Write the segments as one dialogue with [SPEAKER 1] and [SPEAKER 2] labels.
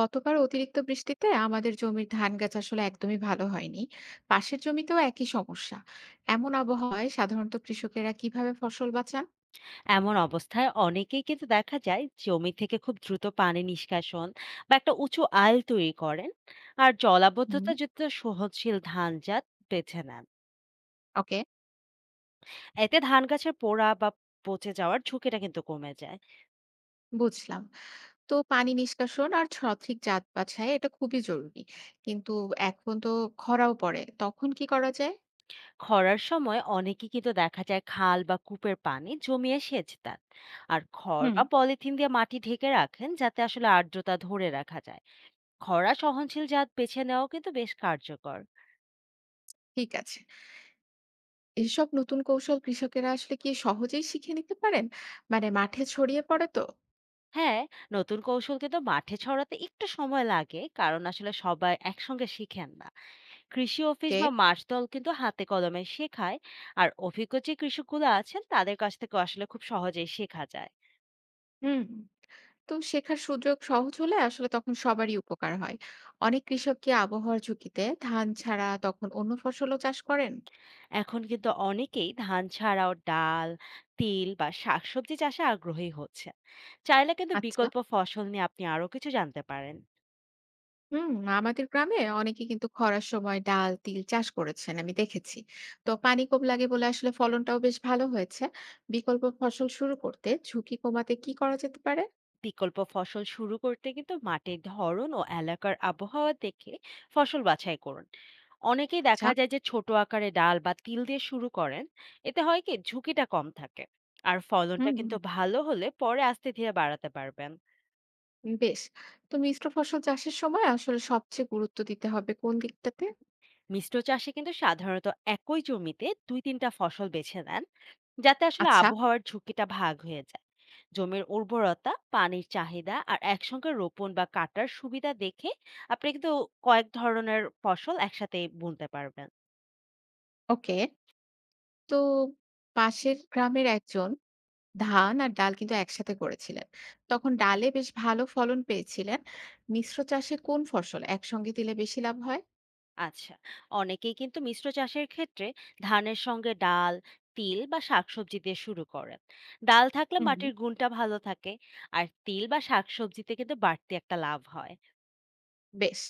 [SPEAKER 1] গতবার অতিরিক্ত বৃষ্টিতে আমাদের জমির ধান গাছ আসলে একদমই ভালো হয়নি। পাশের জমিতেও একই সমস্যা। এমন আবহাওয়ায় সাধারণত কৃষকেরা কিভাবে ফসল বাঁচান?
[SPEAKER 2] এমন অবস্থায় অনেকেই কিন্তু দেখা যায় জমি থেকে খুব দ্রুত পানি নিষ্কাশন বা একটা উঁচু আল তৈরি করেন, আর
[SPEAKER 1] হুম।
[SPEAKER 2] জলাবদ্ধতা যুক্ত সহনশীল ধান জাত বেছে নেন।
[SPEAKER 1] ওকে।
[SPEAKER 2] এতে ধান গাছের পোড়া বা পচে যাওয়ার ঝুঁকিটা কিন্তু কমে যায়।
[SPEAKER 1] বুঝলাম। তো পানি নিষ্কাশন আর সঠিক জাত বাছাই এটা খুবই জরুরি, কিন্তু এখন তো খরাও পড়ে তখন কি করা যায়?
[SPEAKER 2] খরার সময় অনেকেই কিন্তু দেখা যায় খাল বা কূপের পানি জমিয়ে সেচ দেন, আর খড়
[SPEAKER 1] হুম।
[SPEAKER 2] বা পলিথিন দিয়ে মাটি ঢেকে রাখেন যাতে আসলে আর্দ্রতা ধরে রাখা যায়। খরা সহনশীল জাত বেছে নেওয়াও কিন্তু বেশ কার্যকর।
[SPEAKER 1] ঠিক আছে। এসব নতুন কৌশল কৃষকেরা আসলে কি সহজেই শিখে নিতে পারেন? মানে মাঠে ছড়িয়ে পড়ে তো?
[SPEAKER 2] হ্যাঁ, নতুন কৌশল কিন্তু মাঠে ছড়াতে একটু সময় লাগে, কারণ আসলে সবাই একসঙ্গে শিখেন না। কৃষি অফিস
[SPEAKER 1] কে।
[SPEAKER 2] বা মাঠ দল কিন্তু হাতে কলমে শেখায়, আর অভিজ্ঞ যে কৃষকগুলো আছেন তাদের কাছ থেকে আসলে খুব সহজেই শেখা যায়।
[SPEAKER 1] হুম। তো শেখার সুযোগ সহজ হলে আসলে তখন সবারই উপকার হয়। অনেক কৃষক কি আবহাওয়ার ঝুঁকিতে ধান ছাড়া তখন অন্য ফসলও চাষ করেন?
[SPEAKER 2] এখন কিন্তু অনেকেই ধান ছাড়াও ডাল, তিল বা শাকসবজি চাষে আগ্রহী হচ্ছে। চাইলে কিন্তু
[SPEAKER 1] আচ্ছা।
[SPEAKER 2] বিকল্প ফসল নিয়ে আপনি আরো কিছু জানতে পারেন।
[SPEAKER 1] হুম। আমাদের গ্রামে অনেকে কিন্তু খরার সময় ডাল, তিল চাষ করেছেন আমি দেখেছি। তো পানি কম লাগে বলে আসলে ফলনটাও বেশ ভালো হয়েছে। বিকল্প ফসল শুরু করতে ঝুঁকি কমাতে কি করা যেতে পারে?
[SPEAKER 2] বিকল্প ফসল শুরু করতে কিন্তু মাটির ধরন ও এলাকার আবহাওয়া দেখে ফসল বাছাই করুন। অনেকেই
[SPEAKER 1] আচ্ছা।
[SPEAKER 2] দেখা যায় যে ছোট আকারে ডাল বা তিল দিয়ে শুরু করেন। এতে হয় কি, ঝুঁকিটা কম থাকে, আর ফলনটা
[SPEAKER 1] হুম।
[SPEAKER 2] কিন্তু ভালো হলে পরে আস্তে ধীরে বাড়াতে পারবেন।
[SPEAKER 1] বেশ। তো মিশ্র ফসল চাষের সময় আসলে সবচেয়ে গুরুত্ব দিতে হবে কোন দিকটাতে?
[SPEAKER 2] মিশ্র চাষে কিন্তু সাধারণত একই জমিতে দুই তিনটা ফসল বেছে নেন, যাতে আসলে
[SPEAKER 1] আচ্ছা।
[SPEAKER 2] আবহাওয়ার ঝুঁকিটা ভাগ হয়ে যায়। জমির উর্বরতা, পানির চাহিদা আর একসঙ্গে রোপণ বা কাটার সুবিধা দেখে আপনি কিন্তু কয়েক ধরনের ফসল একসাথে বুনতে পারবেন।
[SPEAKER 1] ওকে। তো পাশের গ্রামের একজন ধান আর ডাল কিন্তু একসাথে করেছিলেন। তখন ডালে বেশ ভালো ফলন পেয়েছিলেন। মিশ্র চাষে কোন ফসল একসঙ্গে দিলে বেশি লাভ হয়?
[SPEAKER 2] আচ্ছা, অনেকেই কিন্তু মিশ্র চাষের ক্ষেত্রে ধানের সঙ্গে ডাল, তিল বা শাকসবজি দিয়ে শুরু করেন। ডাল থাকলে
[SPEAKER 1] হুম।
[SPEAKER 2] মাটির গুণটা ভালো থাকে, আর তিল বা শাকসবজিতে কিন্তু বাড়তি একটা লাভ হয়।
[SPEAKER 1] বেশ,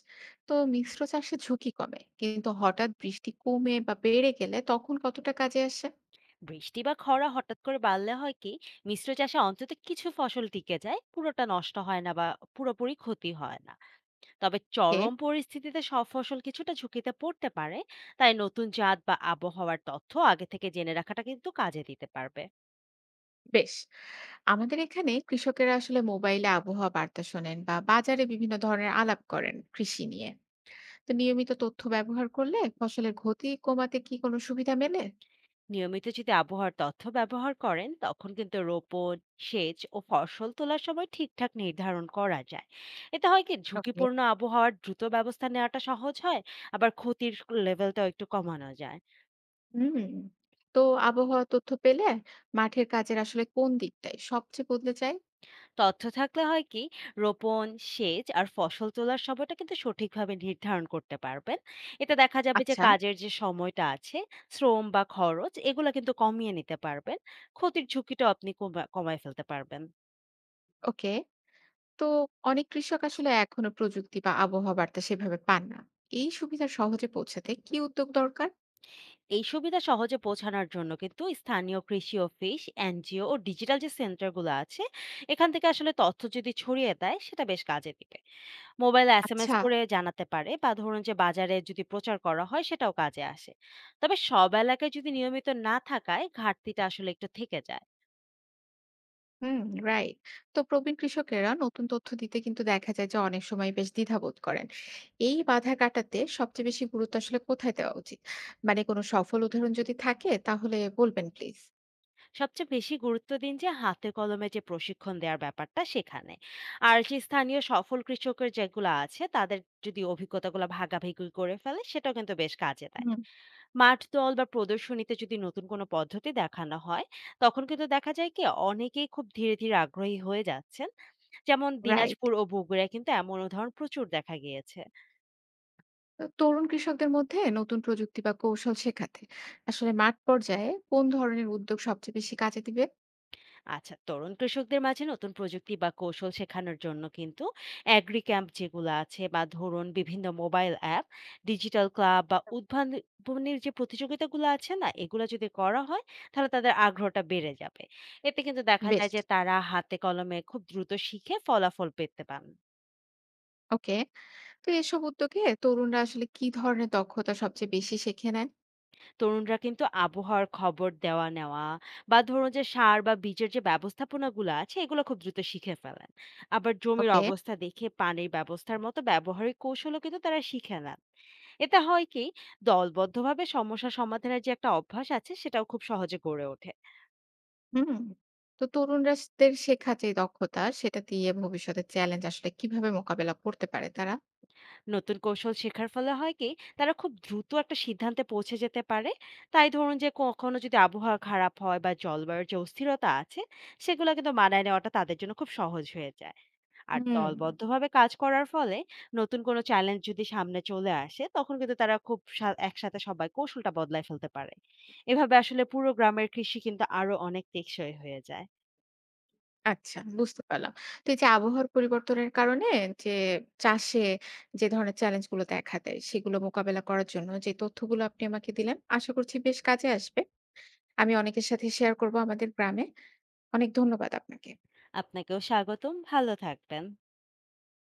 [SPEAKER 1] তো মিশ্র চাষে ঝুঁকি কমে। কিন্তু হঠাৎ বৃষ্টি কমে বা বেড়ে গেলে তখন কতটা কাজে আসে?
[SPEAKER 2] বৃষ্টি বা খরা হঠাৎ করে বাড়লে হয় কি, মিশ্র চাষে অন্তত কিছু ফসল টিকে যায়, পুরোটা নষ্ট হয় না বা পুরোপুরি ক্ষতি হয় না। তবে
[SPEAKER 1] ওকে।
[SPEAKER 2] চরম পরিস্থিতিতে সব ফসল কিছুটা ঝুঁকিতে পড়তে পারে। তাই নতুন জাত বা আবহাওয়ার তথ্য আগে থেকে জেনে রাখাটা কিন্তু কাজে দিতে পারবে।
[SPEAKER 1] বেশ। আমাদের এখানে কৃষকেরা আসলে মোবাইলে আবহাওয়া বার্তা শোনেন বা বাজারে বিভিন্ন ধরনের আলাপ করেন কৃষি নিয়ে। তো নিয়মিত তথ্য ব্যবহার করলে ফসলের ক্ষতি কমাতে কি কোনো সুবিধা মেলে?
[SPEAKER 2] নিয়মিত যদি আবহাওয়ার তথ্য ব্যবহার করেন, তখন কিন্তু রোপণ, সেচ ও ফসল তোলার সময় ঠিকঠাক নির্ধারণ করা যায়। এতে হয় কি,
[SPEAKER 1] ওকে।
[SPEAKER 2] ঝুঁকিপূর্ণ আবহাওয়ার দ্রুত ব্যবস্থা নেওয়াটা সহজ হয়। আবার ক্ষতির লেভেলটাও একটু কমানো যায়।
[SPEAKER 1] হুম। তো আবহাওয়া তথ্য পেলে মাঠের কাজের আসলে কোন দিকটাই সবচেয়ে বদলে যায়?
[SPEAKER 2] তথ্য থাকলে হয় কি, রোপণ, সেচ আর ফসল তোলার সময়টা কিন্তু সঠিকভাবে নির্ধারণ করতে পারবেন। এতে দেখা যাবে যে
[SPEAKER 1] আচ্ছা।
[SPEAKER 2] কাজের যে সময়টা আছে, শ্রম বা খরচ এগুলো কিন্তু কমিয়ে নিতে পারবেন। ক্ষতির ঝুঁকিটাও আপনি কমায় ফেলতে পারবেন।
[SPEAKER 1] ওকে। তো অনেক কৃষক আসলে এখনো প্রযুক্তি বা আবহাওয়া বার্তা সেভাবে পান না। এই সুবিধা সহজে পৌঁছাতে কি উদ্যোগ দরকার?
[SPEAKER 2] এই সুবিধা সহজে পৌঁছানোর জন্য কিন্তু স্থানীয় কৃষি অফিস, এনজিও ও ডিজিটাল যে সেন্টারগুলো আছে এখান থেকে আসলে তথ্য যদি ছড়িয়ে দেয়, সেটা বেশ কাজে দিবে। মোবাইলে এসএমএস
[SPEAKER 1] আচ্ছা।
[SPEAKER 2] করে জানাতে পারে, বা ধরুন যে বাজারে যদি প্রচার করা হয় সেটাও কাজে আসে। তবে সব এলাকায় যদি নিয়মিত না থাকায় ঘাটতিটা আসলে একটু থেকে যায়।
[SPEAKER 1] হুম। রাইট। তো প্রবীণ কৃষকেরা নতুন তথ্য দিতে কিন্তু দেখা যায় যে অনেক সময় বেশ দ্বিধাবোধ করেন। এই বাধা কাটাতে সবচেয়ে বেশি গুরুত্ব আসলে কোথায় দেওয়া উচিত? মানে কোনো সফল উদাহরণ যদি থাকে তাহলে বলবেন প্লিজ।
[SPEAKER 2] সবচেয়ে বেশি গুরুত্ব দিন যে হাতে কলমে যে প্রশিক্ষণ দেওয়ার ব্যাপারটা, সেখানে আর যে স্থানীয় সফল কৃষকের যেগুলো আছে তাদের যদি অভিজ্ঞতাগুলো ভাগাভাগি করে ফেলে, সেটাও কিন্তু বেশ কাজে দেয়।
[SPEAKER 1] হুম।
[SPEAKER 2] মাঠ দল বা প্রদর্শনীতে যদি নতুন কোনো পদ্ধতি দেখানো হয়, তখন কিন্তু দেখা যায় কি, অনেকেই খুব ধীরে ধীরে আগ্রহী হয়ে যাচ্ছেন। যেমন
[SPEAKER 1] রাইট।
[SPEAKER 2] দিনাজপুর ও বগুড়ায় কিন্তু এমন উদাহরণ প্রচুর দেখা গিয়েছে।
[SPEAKER 1] তরুণ কৃষকদের মধ্যে নতুন প্রযুক্তি বা কৌশল শেখাতে আসলে মাঠ পর্যায়ে কোন ধরনের উদ্যোগ সবচেয়ে বেশি কাজে দিবে?
[SPEAKER 2] আচ্ছা, তরুণ কৃষকদের মাঝে নতুন প্রযুক্তি বা কৌশল শেখানোর জন্য কিন্তু অ্যাগ্রি ক্যাম্প যেগুলো আছে, বা ধরুন বিভিন্ন মোবাইল অ্যাপ, ডিজিটাল ক্লাব বা উদ্ভাবনের যে প্রতিযোগিতাগুলো আছে না, এগুলো যদি করা হয় তাহলে তাদের আগ্রহটা বেড়ে যাবে। এতে কিন্তু দেখা যায়
[SPEAKER 1] বেশ।
[SPEAKER 2] যে তারা হাতে কলমে খুব দ্রুত শিখে ফলাফল পেতে পান।
[SPEAKER 1] ওকে। তো এসব উদ্যোগে তরুণরা আসলে কি ধরনের দক্ষতা সবচেয়ে বেশি শেখে নেন?
[SPEAKER 2] তরুণরা কিন্তু আবহাওয়ার খবর দেওয়া নেওয়া, বা ধরুন যে সার বা বীজের যে ব্যবস্থাপনাগুলো আছে এগুলো খুব দ্রুত শিখে ফেলেন। আবার জমির
[SPEAKER 1] ওকে।
[SPEAKER 2] অবস্থা দেখে পানির ব্যবস্থার মতো ব্যবহারিক কৌশলও কিন্তু তারা শিখে নেন। এটা হয় কি, দলবদ্ধভাবে সমস্যা সমাধানের যে একটা অভ্যাস আছে সেটাও খুব সহজে গড়ে ওঠে।
[SPEAKER 1] হুম। তো তরুণরাদের শেখা যে দক্ষতা সেটা দিয়ে ভবিষ্যতের চ্যালেঞ্জ আসলে কিভাবে মোকাবেলা করতে পারে তারা?
[SPEAKER 2] নতুন কৌশল শেখার ফলে হয় কি, তারা খুব দ্রুত একটা সিদ্ধান্তে পৌঁছে যেতে পারে। তাই ধরুন যে কখনো যদি আবহাওয়া খারাপ হয় বা জলবায়ুর যে অস্থিরতা আছে, সেগুলো কিন্তু মানায় নেওয়াটা তাদের জন্য খুব সহজ হয়ে যায়। আর
[SPEAKER 1] হুম।
[SPEAKER 2] দলবদ্ধভাবে কাজ করার ফলে নতুন কোনো চ্যালেঞ্জ যদি সামনে চলে আসে, তখন কিন্তু তারা খুব সা একসাথে সবাই কৌশলটা বদলায় ফেলতে পারে। এভাবে আসলে পুরো গ্রামের কৃষি কিন্তু আরো অনেক টেকসই হয়ে যায়।
[SPEAKER 1] আচ্ছা বুঝতে পারলাম। তো এই যে আবহাওয়ার পরিবর্তনের কারণে যে চাষে যে ধরনের চ্যালেঞ্জ গুলো দেখা দেয় সেগুলো মোকাবেলা করার জন্য যে তথ্যগুলো আপনি আমাকে দিলেন আশা করছি বেশ কাজে আসবে। আমি অনেকের সাথে শেয়ার করব আমাদের গ্রামে। অনেক ধন্যবাদ আপনাকে।
[SPEAKER 2] আপনাকেও স্বাগতম। ভালো থাকবেন।